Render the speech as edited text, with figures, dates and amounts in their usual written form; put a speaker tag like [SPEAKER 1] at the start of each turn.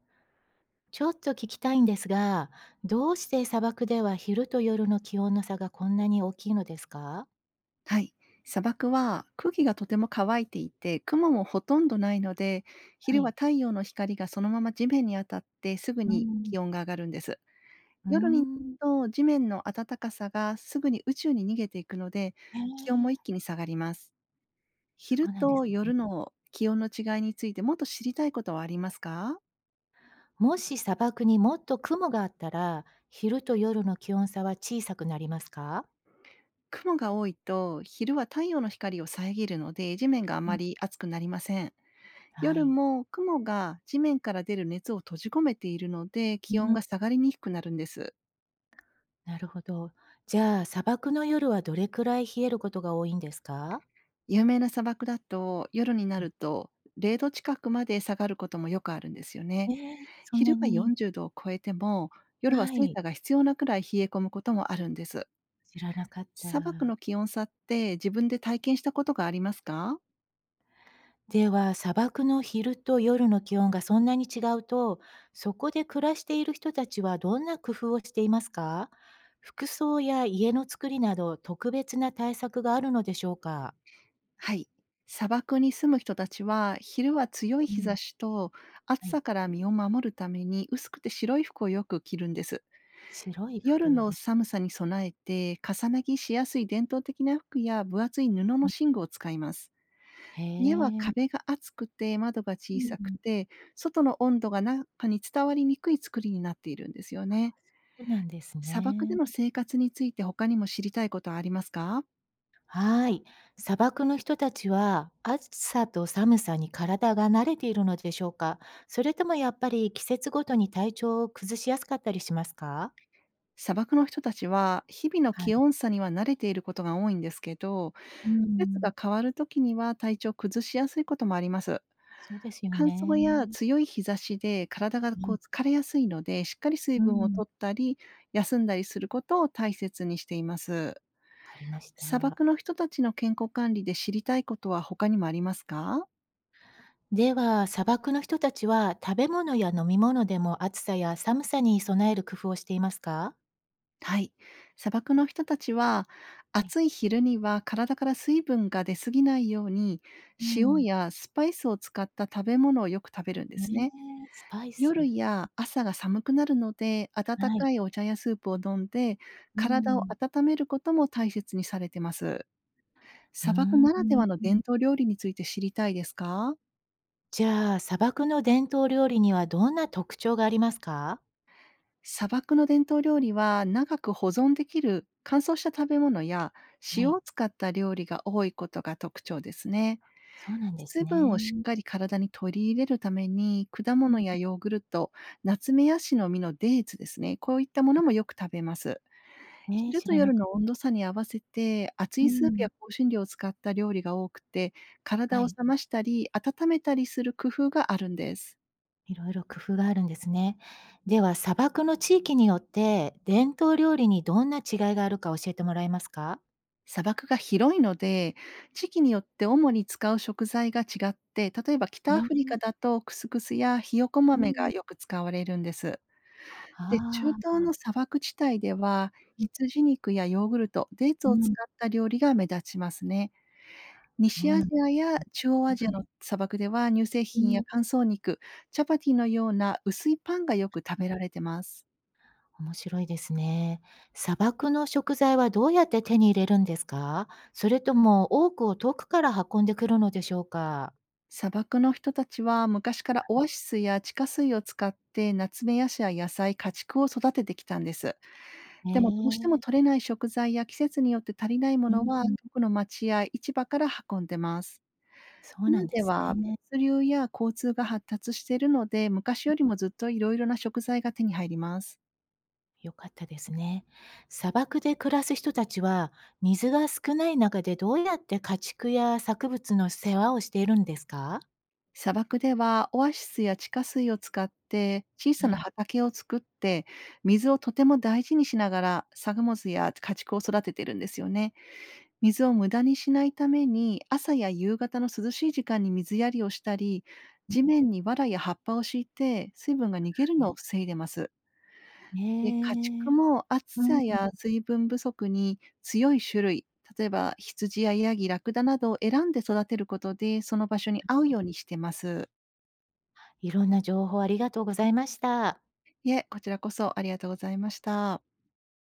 [SPEAKER 1] ちょっと聞きたいんですが、どうして砂漠では昼と夜の気温の差がこんなに大きいのですか？
[SPEAKER 2] はい。砂漠は空気がとても乾いていて、雲もほとんどないので、
[SPEAKER 1] は
[SPEAKER 2] 昼は
[SPEAKER 1] い。
[SPEAKER 2] 太陽の光がそのまま地面に当たってすぐ
[SPEAKER 1] う
[SPEAKER 2] に
[SPEAKER 1] ん。
[SPEAKER 2] 気温が上がるんです。
[SPEAKER 1] うー
[SPEAKER 2] 夜になる
[SPEAKER 1] ん。
[SPEAKER 2] と地面の暖かさがすぐに宇宙に逃げていくので、
[SPEAKER 1] へ
[SPEAKER 2] 気温も
[SPEAKER 1] え、
[SPEAKER 2] 一気に下がります。
[SPEAKER 1] そ
[SPEAKER 2] 昼
[SPEAKER 1] うなんです
[SPEAKER 2] と
[SPEAKER 1] ね。
[SPEAKER 2] 夜の気温の違いについてもっと知りたいことはありますか？
[SPEAKER 1] もし砂漠にもっと雲があったら、昼と夜の気温差は小さくなりますか？
[SPEAKER 2] 雲が多いと昼は太陽の光を遮るので地面があ
[SPEAKER 1] う
[SPEAKER 2] ま
[SPEAKER 1] ん。
[SPEAKER 2] り熱くなりません。
[SPEAKER 1] は
[SPEAKER 2] 夜
[SPEAKER 1] い。
[SPEAKER 2] も雲が地面から出る熱を閉じ込めているので、
[SPEAKER 1] う
[SPEAKER 2] 気温
[SPEAKER 1] ん。
[SPEAKER 2] が下がりにくくなるんです。
[SPEAKER 1] なるほど。じゃあ、砂漠の夜はどれくらい冷えることが多いんですか？
[SPEAKER 2] 有名な砂漠だと、夜にな
[SPEAKER 1] うん。
[SPEAKER 2] ると0度近くまで下がることもよくあるんですよ
[SPEAKER 1] え
[SPEAKER 2] ね。
[SPEAKER 1] え、そんな
[SPEAKER 2] 昼が
[SPEAKER 1] に。
[SPEAKER 2] 40度を超えても、夜は
[SPEAKER 1] は
[SPEAKER 2] セー
[SPEAKER 1] い、
[SPEAKER 2] ターが必要なくらい冷え込むこともあるんです。
[SPEAKER 1] 知らなかっ
[SPEAKER 2] 砂漠の
[SPEAKER 1] た。
[SPEAKER 2] 気温差って自分で体験したことがありますか？
[SPEAKER 1] では、砂漠の昼と夜の気温がそんなに違うと、そこで暮らしている人たちはどんな工夫をしていますか？服装や家の作りなど特別な対策があるのでしょうか？
[SPEAKER 2] はい。砂漠に住む人たちは、昼は強い
[SPEAKER 1] う
[SPEAKER 2] 日
[SPEAKER 1] ん、
[SPEAKER 2] 差しと暑
[SPEAKER 1] はい。
[SPEAKER 2] さから身を守るために薄くて白い服をよく着るんです。
[SPEAKER 1] 白い
[SPEAKER 2] 夜
[SPEAKER 1] 服。
[SPEAKER 2] の寒さに備えて、重なぎしやすい伝統的な服や分厚い布の
[SPEAKER 1] うん。
[SPEAKER 2] 寝具を使います。
[SPEAKER 1] へ
[SPEAKER 2] 家は
[SPEAKER 1] え。
[SPEAKER 2] 壁が厚くて窓が
[SPEAKER 1] う
[SPEAKER 2] 小さく
[SPEAKER 1] ん、
[SPEAKER 2] て、外の温度が中に伝わりにくい作りになっているんですよね。
[SPEAKER 1] そうなんです
[SPEAKER 2] 砂漠で
[SPEAKER 1] ね。
[SPEAKER 2] の生活について他にも知りたいことはありますか？
[SPEAKER 1] はい。砂漠の人たちは暑さと寒さに体が慣れているのでしょうか？それともやっぱり季節ごとに体調を崩しやすかったりしますか？
[SPEAKER 2] 砂漠の人たちは日々の
[SPEAKER 1] は
[SPEAKER 2] 気
[SPEAKER 1] い。
[SPEAKER 2] 温差には慣れていることが多いんですけど、
[SPEAKER 1] う
[SPEAKER 2] 季節
[SPEAKER 1] ん、
[SPEAKER 2] が変わるときには体調を崩しやすいこともあります。
[SPEAKER 1] そうですよ
[SPEAKER 2] 乾燥
[SPEAKER 1] ね。
[SPEAKER 2] や強い日差しで体が
[SPEAKER 1] う
[SPEAKER 2] こう
[SPEAKER 1] ん、
[SPEAKER 2] 疲れやすいので、しっかり水
[SPEAKER 1] う
[SPEAKER 2] 分を
[SPEAKER 1] ん、
[SPEAKER 2] 取ったり、休んだりすることを大切にしています。
[SPEAKER 1] わかりまし
[SPEAKER 2] 砂
[SPEAKER 1] た。
[SPEAKER 2] 漠の人たちの健康管理で知りたいことは他にもありますか？
[SPEAKER 1] では、砂漠の人たちは食べ物や飲み物でも暑さや寒さに備える工夫をしていますか？
[SPEAKER 2] はい。砂漠の人たちは、
[SPEAKER 1] はい。
[SPEAKER 2] 暑い昼には体から水分が出すぎないように、
[SPEAKER 1] う
[SPEAKER 2] 塩
[SPEAKER 1] ん。
[SPEAKER 2] やスパイスを使った食べ物をよく食べるんで
[SPEAKER 1] え
[SPEAKER 2] すね。
[SPEAKER 1] ー、スパイス。
[SPEAKER 2] 夜や朝が寒くなるので、温
[SPEAKER 1] はい。
[SPEAKER 2] かいお茶やスープを飲んで、
[SPEAKER 1] う
[SPEAKER 2] 体を
[SPEAKER 1] ん。
[SPEAKER 2] 温めることも大切にされてます。砂漠
[SPEAKER 1] う
[SPEAKER 2] ならではの
[SPEAKER 1] ーん。
[SPEAKER 2] 伝統料理について知りたいですか？
[SPEAKER 1] じゃあ、砂漠の伝統料理にはどんな特徴がありますか？
[SPEAKER 2] 砂漠の伝統料理は長く保存できる乾燥した食べ物や
[SPEAKER 1] は
[SPEAKER 2] 塩
[SPEAKER 1] い、
[SPEAKER 2] を使った料理が多いことが特徴ですね。
[SPEAKER 1] そうなんです
[SPEAKER 2] 水分
[SPEAKER 1] ね。
[SPEAKER 2] をしっかり体に取り入れるために果
[SPEAKER 1] う
[SPEAKER 2] 物
[SPEAKER 1] ん。
[SPEAKER 2] やヨーグルト、ナツメヤシの実のデーツですね。こういったものもよく食べます。
[SPEAKER 1] えー、
[SPEAKER 2] 昼
[SPEAKER 1] 知
[SPEAKER 2] と
[SPEAKER 1] らな
[SPEAKER 2] 夜
[SPEAKER 1] かっ
[SPEAKER 2] の
[SPEAKER 1] た。
[SPEAKER 2] 温度差に合わせて、熱
[SPEAKER 1] う
[SPEAKER 2] いスープや
[SPEAKER 1] ん、
[SPEAKER 2] 香辛料を使った料理が多くて、体
[SPEAKER 1] は
[SPEAKER 2] を
[SPEAKER 1] い。
[SPEAKER 2] 冷ましたり温めたりする工夫があるんです。
[SPEAKER 1] いろいろ工夫があるんですね。では、砂漠の地域によって伝統料理にどんな違いがあるか教えてもらえますか？
[SPEAKER 2] 砂漠が広いので、地域によって主に使う食材が違って、例えば
[SPEAKER 1] え
[SPEAKER 2] 北アフ
[SPEAKER 1] え、
[SPEAKER 2] リカだとクスクスやひよこ
[SPEAKER 1] う
[SPEAKER 2] 豆が
[SPEAKER 1] ん。
[SPEAKER 2] よく使われるんです。で、中
[SPEAKER 1] あ
[SPEAKER 2] 東
[SPEAKER 1] あ。
[SPEAKER 2] の砂漠地帯では、
[SPEAKER 1] うん
[SPEAKER 2] 羊肉やヨーグルト、デーツ
[SPEAKER 1] う
[SPEAKER 2] を使
[SPEAKER 1] ん、
[SPEAKER 2] った料理が目立ちますね。
[SPEAKER 1] そう
[SPEAKER 2] 西ア
[SPEAKER 1] な
[SPEAKER 2] ジ
[SPEAKER 1] んで
[SPEAKER 2] アや中央アジ
[SPEAKER 1] す
[SPEAKER 2] ア
[SPEAKER 1] ね。
[SPEAKER 2] の砂漠では、乳製
[SPEAKER 1] う
[SPEAKER 2] 品や
[SPEAKER 1] ん、
[SPEAKER 2] 乾燥肉、チャパティのような薄いパンがよく食べられてます。
[SPEAKER 1] 面白いですね。砂漠の食材はどうやって手に入れるんですか？それとも多くを遠くから運んでくるのでしょうか？
[SPEAKER 2] 砂漠の人たちは昔からオアシスや地下水を使ってナツメヤシや野菜、家畜を育ててきたんです。
[SPEAKER 1] え
[SPEAKER 2] でもどうしても
[SPEAKER 1] え、
[SPEAKER 2] 取れない食材や季節によって足りないも
[SPEAKER 1] う
[SPEAKER 2] のは
[SPEAKER 1] ん、
[SPEAKER 2] 遠くの町や市場から運んでます。
[SPEAKER 1] そう
[SPEAKER 2] 今
[SPEAKER 1] なんで
[SPEAKER 2] で
[SPEAKER 1] す
[SPEAKER 2] は
[SPEAKER 1] ね。
[SPEAKER 2] 物流や交通が発達しているので、昔よりもずっといろいろな食材が手に入ります。
[SPEAKER 1] 良かったですね。砂漠で暮らす人たちは、水が少ない中でどうやって家畜や作物の世話をしているんですか？
[SPEAKER 2] 砂漠ではオアシスや地下水を使って小さ
[SPEAKER 1] は
[SPEAKER 2] な
[SPEAKER 1] い
[SPEAKER 2] 畑を作って水をとても大事にしながら作物や家畜を育ててるんですよね。水を無駄にしないために朝や夕方の涼しい時間に水やりをしたり、地面に藁や葉っぱを敷いて水分が逃げる
[SPEAKER 1] は
[SPEAKER 2] の
[SPEAKER 1] い。
[SPEAKER 2] を防いでます。で、家
[SPEAKER 1] え。
[SPEAKER 2] 畜も暑
[SPEAKER 1] うん。
[SPEAKER 2] さや水分不足に強い種類、例えば羊やヤギ、ラクダなどを選んで育てることでその場所に合うようにしてます。
[SPEAKER 1] いろんな情報ありがとうございました。
[SPEAKER 2] いえ、こちらこそありがとうございました。